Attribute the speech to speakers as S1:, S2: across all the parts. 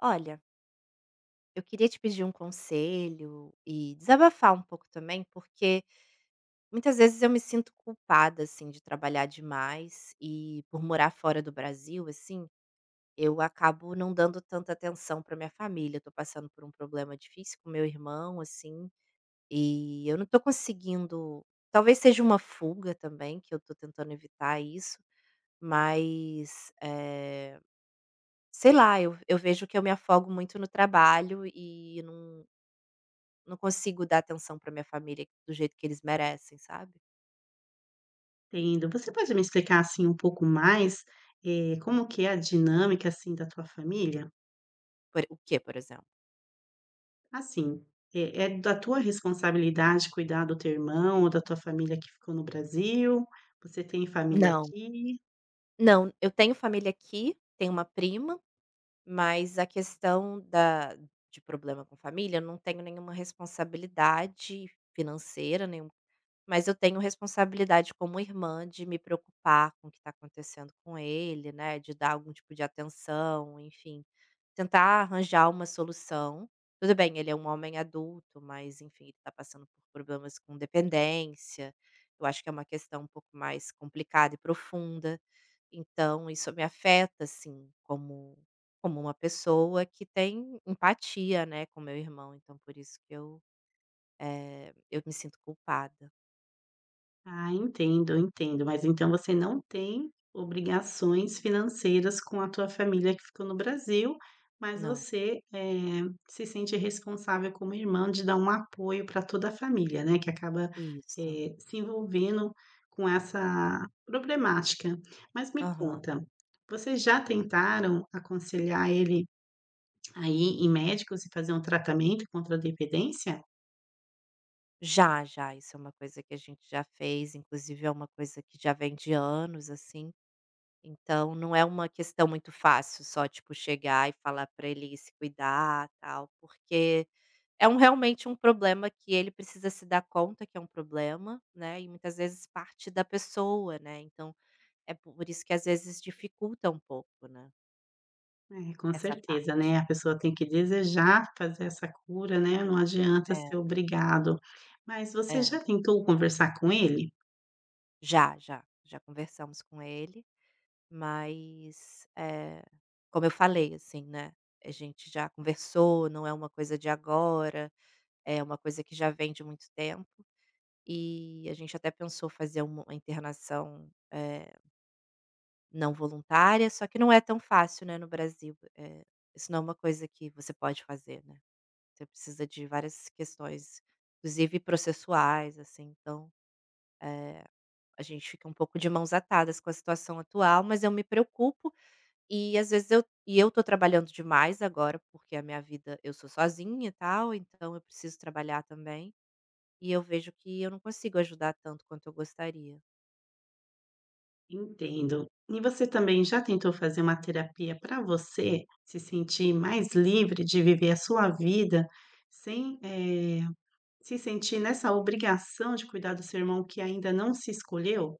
S1: Olha, eu queria te pedir um conselho e desabafar um pouco também, porque muitas vezes eu me sinto culpada, assim, de trabalhar demais e por morar fora do Brasil, assim, eu acabo não dando tanta atenção para minha família. Eu tô passando por um problema difícil com meu irmão, assim, e eu não tô conseguindo. Talvez seja uma fuga também, que eu tô tentando evitar isso, mas sei lá, eu vejo que eu me afogo muito no trabalho e não consigo dar atenção pra minha família do jeito que eles merecem, sabe.
S2: Entendo. Você pode me explicar, assim, um pouco mais, como que é a dinâmica, assim, da tua família?
S1: Por o que, por exemplo?
S2: Assim, é da tua responsabilidade cuidar do teu irmão ou da tua família que ficou no Brasil? Você tem família
S1: Não.
S2: aqui?
S1: Não, eu tenho família aqui, tenho uma prima, mas a questão da de problema com família, eu não tenho nenhuma responsabilidade financeira, nenhum mas eu tenho responsabilidade como irmã de me preocupar com o que está acontecendo com ele, né, de dar algum tipo de atenção, enfim. Tentar arranjar uma solução. Tudo bem, ele é um homem adulto, mas enfim, ele tá passando por problemas com dependência. Eu acho que é uma questão um pouco mais complicada e profunda. Então isso me afeta, assim, como como uma pessoa que tem empatia, né, com meu irmão. Então por isso que eu me sinto culpada.
S2: Ah, entendo, entendo. Mas então você não tem obrigações financeiras com a tua família que ficou no Brasil, mas
S1: Não.
S2: você, se sente responsável como irmã de dar um apoio para toda a família, né, que acaba,
S1: Isso.
S2: se envolvendo com essa problemática. Mas me
S1: Aham.
S2: conta, vocês já tentaram aconselhar ele a ir em médicos e fazer um tratamento contra a dependência?
S1: Já, já. Isso é uma coisa que a gente já fez, inclusive é uma coisa que já vem de anos, assim. Então não é uma questão muito fácil só, tipo, chegar e falar para ele se cuidar, tal, porque é um realmente um problema que ele precisa se dar conta que é um problema, né, e muitas vezes parte da pessoa, né, então é por isso que às vezes dificulta um pouco, né,
S2: É, com
S1: essa
S2: certeza, né,
S1: parte.
S2: a pessoa tem que desejar fazer essa cura, né, não adianta ser
S1: É,
S2: obrigado. Mas você
S1: é.
S2: já tentou conversar com ele?
S1: Já, já, já conversamos com ele, mas, como eu falei, assim, né, a gente já conversou, não é uma coisa de agora, é uma coisa que já vem de muito tempo. E a gente até pensou fazer uma internação, não voluntária, só que não é tão fácil, né, no Brasil, isso não é uma coisa que você pode fazer, né, você precisa de várias questões, inclusive processuais, assim, então a gente fica um pouco de mãos atadas com a situação atual, mas eu me preocupo e às vezes eu tô trabalhando demais agora, porque a minha vida eu sou sozinha e tal, então eu preciso trabalhar também, e eu vejo que eu não consigo ajudar tanto quanto eu gostaria.
S2: Entendo. E você também já tentou fazer uma terapia para você se sentir mais livre de viver a sua vida sem, se sentir nessa obrigação de cuidar do seu irmão que ainda não se escolheu?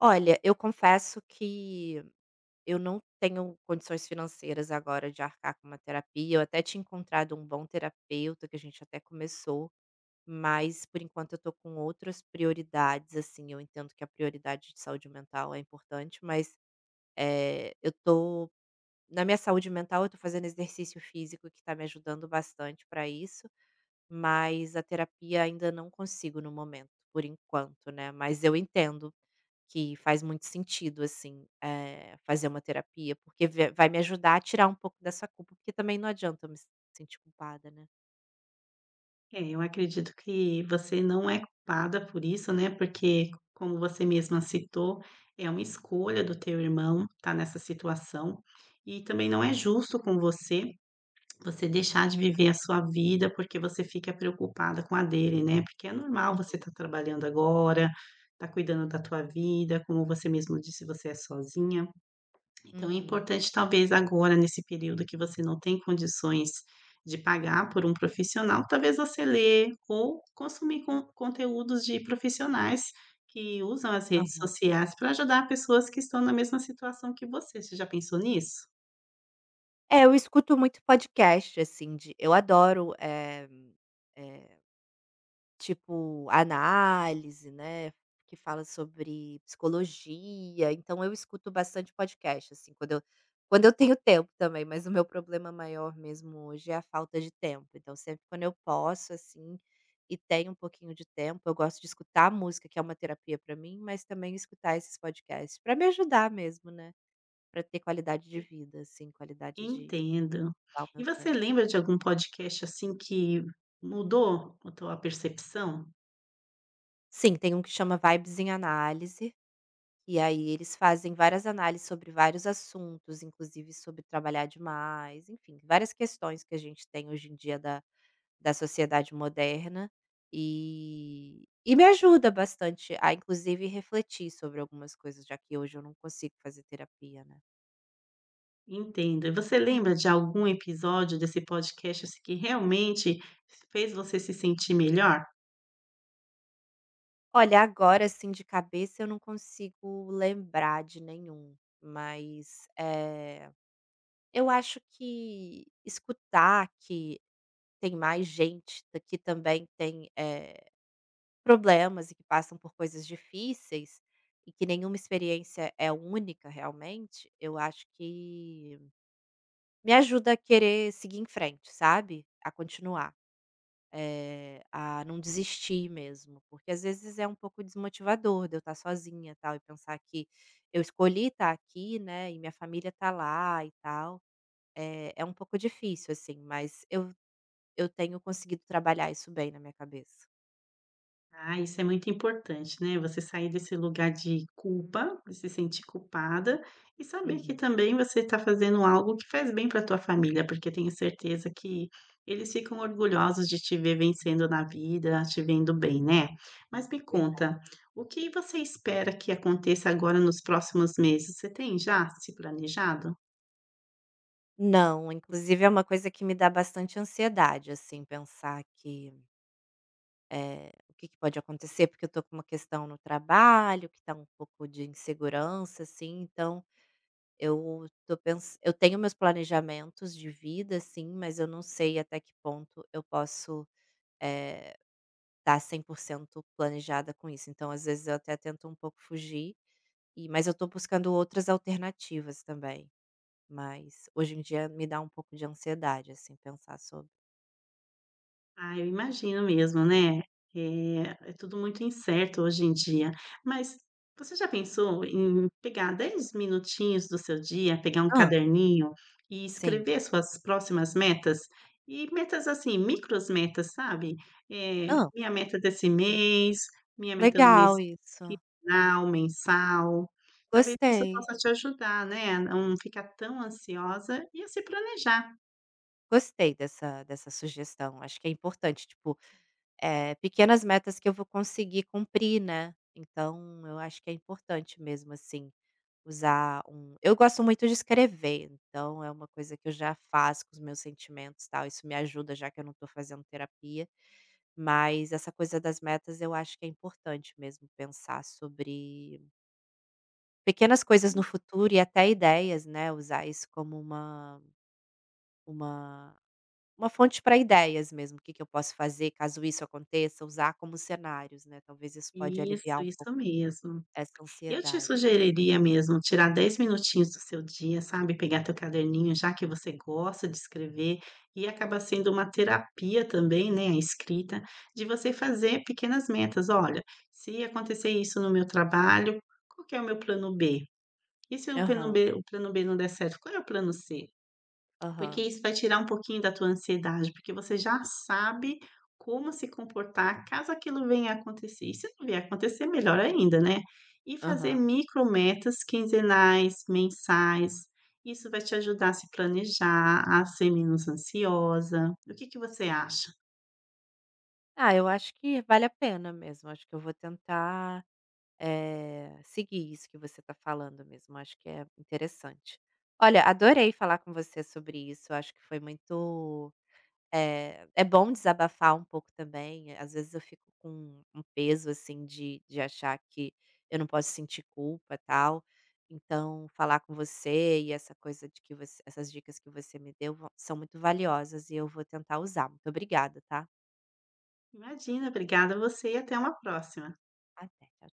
S1: Olha, eu confesso que eu não tenho condições financeiras agora de arcar com uma terapia. Eu até tinha encontrado um bom terapeuta, que a gente até começou, mas por enquanto eu tô com outras prioridades, assim. Eu entendo que a prioridade de saúde mental é importante, mas eu tô. Na minha saúde mental, eu tô fazendo exercício físico que tá me ajudando bastante para isso, mas a terapia ainda não consigo no momento, por enquanto, né? Mas eu entendo que faz muito sentido, assim, fazer uma terapia, porque ve vai me ajudar a tirar um pouco dessa culpa, porque também não adianta eu me sentir culpada, né.
S2: É, eu acredito que você não é culpada por isso, né, porque como você mesma citou, é uma escolha do teu irmão estar nessa situação, e também não é justo com você, você deixar de viver a sua vida porque você fica preocupada com a dele, né, porque é normal você estar trabalhando agora, estar cuidando da tua vida, como você mesmo disse, você é sozinha. Então é
S1: Uhum.
S2: importante talvez agora nesse período que você não tem condições de pagar por um profissional, talvez você ler ou consumir conteúdos de profissionais que usam as redes
S1: Aham.
S2: sociais para ajudar pessoas que estão na mesma situação que você. Você já pensou nisso?
S1: É, eu escuto muito podcast, assim, de eu adoro, eh tipo, análise, né, que fala sobre psicologia, então eu escuto bastante podcast, assim, quando eu tenho tempo também, mas o meu problema maior mesmo hoje é a falta de tempo, então sempre quando eu posso, assim, e tenho um pouquinho de tempo, eu gosto de escutar música, que é uma terapia para mim, mas também escutar esses podcasts para me ajudar mesmo, né, para ter qualidade de vida, assim, qualidade de
S2: Entendo.
S1: dar o
S2: E
S1: meu
S2: você
S1: tempo.
S2: lembra de algum podcast, assim, que mudou a tua percepção?
S1: Sim, tem um que chama Vibes em Análise. E aí eles fazem várias análises sobre vários assuntos, inclusive sobre trabalhar demais, enfim, várias questões que a gente tem hoje em dia da sociedade moderna, e me ajuda bastante a inclusive refletir sobre algumas coisas, já que hoje eu não consigo fazer terapia, né.
S2: Entendo. E você lembra de algum episódio desse podcast, assim, que realmente fez você se sentir melhor?
S1: Olha, agora assim de cabeça eu não consigo lembrar de nenhum, mas, eu acho que escutar que tem mais gente ta que também tem, problemas e que passam por coisas difíceis, e que nenhuma experiência é única realmente, eu acho que me ajuda a querer seguir em frente, sabe? A continuar, a não desistir mesmo, porque às vezes é um pouco desmotivador de eu estar sozinha, tal, e pensar que eu escolhi estar aqui, né, e minha família está lá e tal, é um pouco difícil assim, mas eu tenho conseguido trabalhar isso bem na minha cabeça.
S2: Ah, isso é muito importante, né, você sair desse lugar de culpa, de se sentir culpada, e saber que
S1: Uhum,
S2: também você está fazendo algo que faz bem para tua família, porque tenho certeza que eles ficam orgulhosos de te ver vencendo na vida, te vendo bem, né. Mas me
S1: verdade.
S2: conta, o que você espera que aconteça agora nos próximos meses? Você tem já se planejado?
S1: Não, inclusive é uma coisa que me dá bastante ansiedade, assim, pensar que, o que que pode acontecer, porque eu tô com uma questão no trabalho, que tá um pouco de insegurança, assim, então eu tô pens eu tenho meus planejamentos de vida, assim, mas eu não sei até que ponto eu posso, eh, tá 100% planejada com isso. Então, às vezes, eu até tento um pouco fugir, e mas eu tô buscando outras alternativas também. Mas hoje em dia me dá um pouco de ansiedade, assim, pensar sobre.
S2: Ah, eu imagino mesmo, né. Eh, É tudo muito incerto hoje em dia. Mas você já pensou em pegar 10 minutinhos do seu dia, pegar um
S1: Ah,
S2: caderninho e
S1: sim,
S2: escrever suas próximas metas? E metas, assim, micros metas, sabe.
S1: ah,
S2: Minha meta desse mês, minha meta do mês
S1: legal isso,
S2: quinzenal, mensal. Talvez isso
S1: gostei,
S2: possa te ajudar, né, a não ficar tão ansiosa e a se planejar.
S1: gostei dessa sugestão, acho que é importante, tipo, pequenas metas que eu vou conseguir cumprir, né, então eu acho que é importante mesmo, assim. Usar um eu gosto muito de escrever, então é uma coisa que eu já faço com os meus sentimentos, tal, isso me ajuda, já que eu não estou fazendo terapia, mas essa coisa das metas eu acho que é importante mesmo pensar sobre pequenas coisas no futuro e até ideias, né, usar isso como uma uma fonte para ideias mesmo, o que que eu posso fazer caso isso aconteça, usar como cenários, né, talvez isso pode
S2: Isso,
S1: aliviar um
S2: isso
S1: pouco
S2: mesmo.
S1: essa
S2: Eu te
S1: ansiedade.
S2: sugeriria mesmo tirar 10 minutinhos do seu dia, sabe, pegar teu caderninho, já que você gosta de escrever, e acaba sendo uma terapia também, né, a escrita, de você fazer pequenas metas. Olha, se acontecer isso no meu trabalho, qual que é o meu plano B? E se o plano
S1: Aham,
S2: B, o plano B não der certo, qual é o plano C? Porque
S1: aham,
S2: isso vai tirar um pouquinho da tua ansiedade, porque você já sabe como se comportar caso aquilo venha a acontecer. E se não vier a acontecer, melhor ainda, né. E fazer
S1: aham,
S2: micrometas quinzenais, mensais, isso vai te ajudar a se planejar, a ser menos ansiosa. O que que você
S1: sim.
S2: acha?
S1: Ah, eu acho que vale a pena mesmo. Acho que eu vou tentar, seguir isso que você está falando mesmo. Acho que é interessante. Olha, adorei falar com você sobre isso. Acho que foi muito, é bom desabafar um pouco também. Às vezes eu fico com um peso, assim, de achar que eu não posso sentir culpa, tal. Então, falar com você e essa coisa de que você essas dicas que você me deu vão são muito valiosas e eu vou tentar usar. Muito obrigada, tá?
S2: Imagina, obrigada a você e até uma próxima.
S1: Até. Tchau, tchau.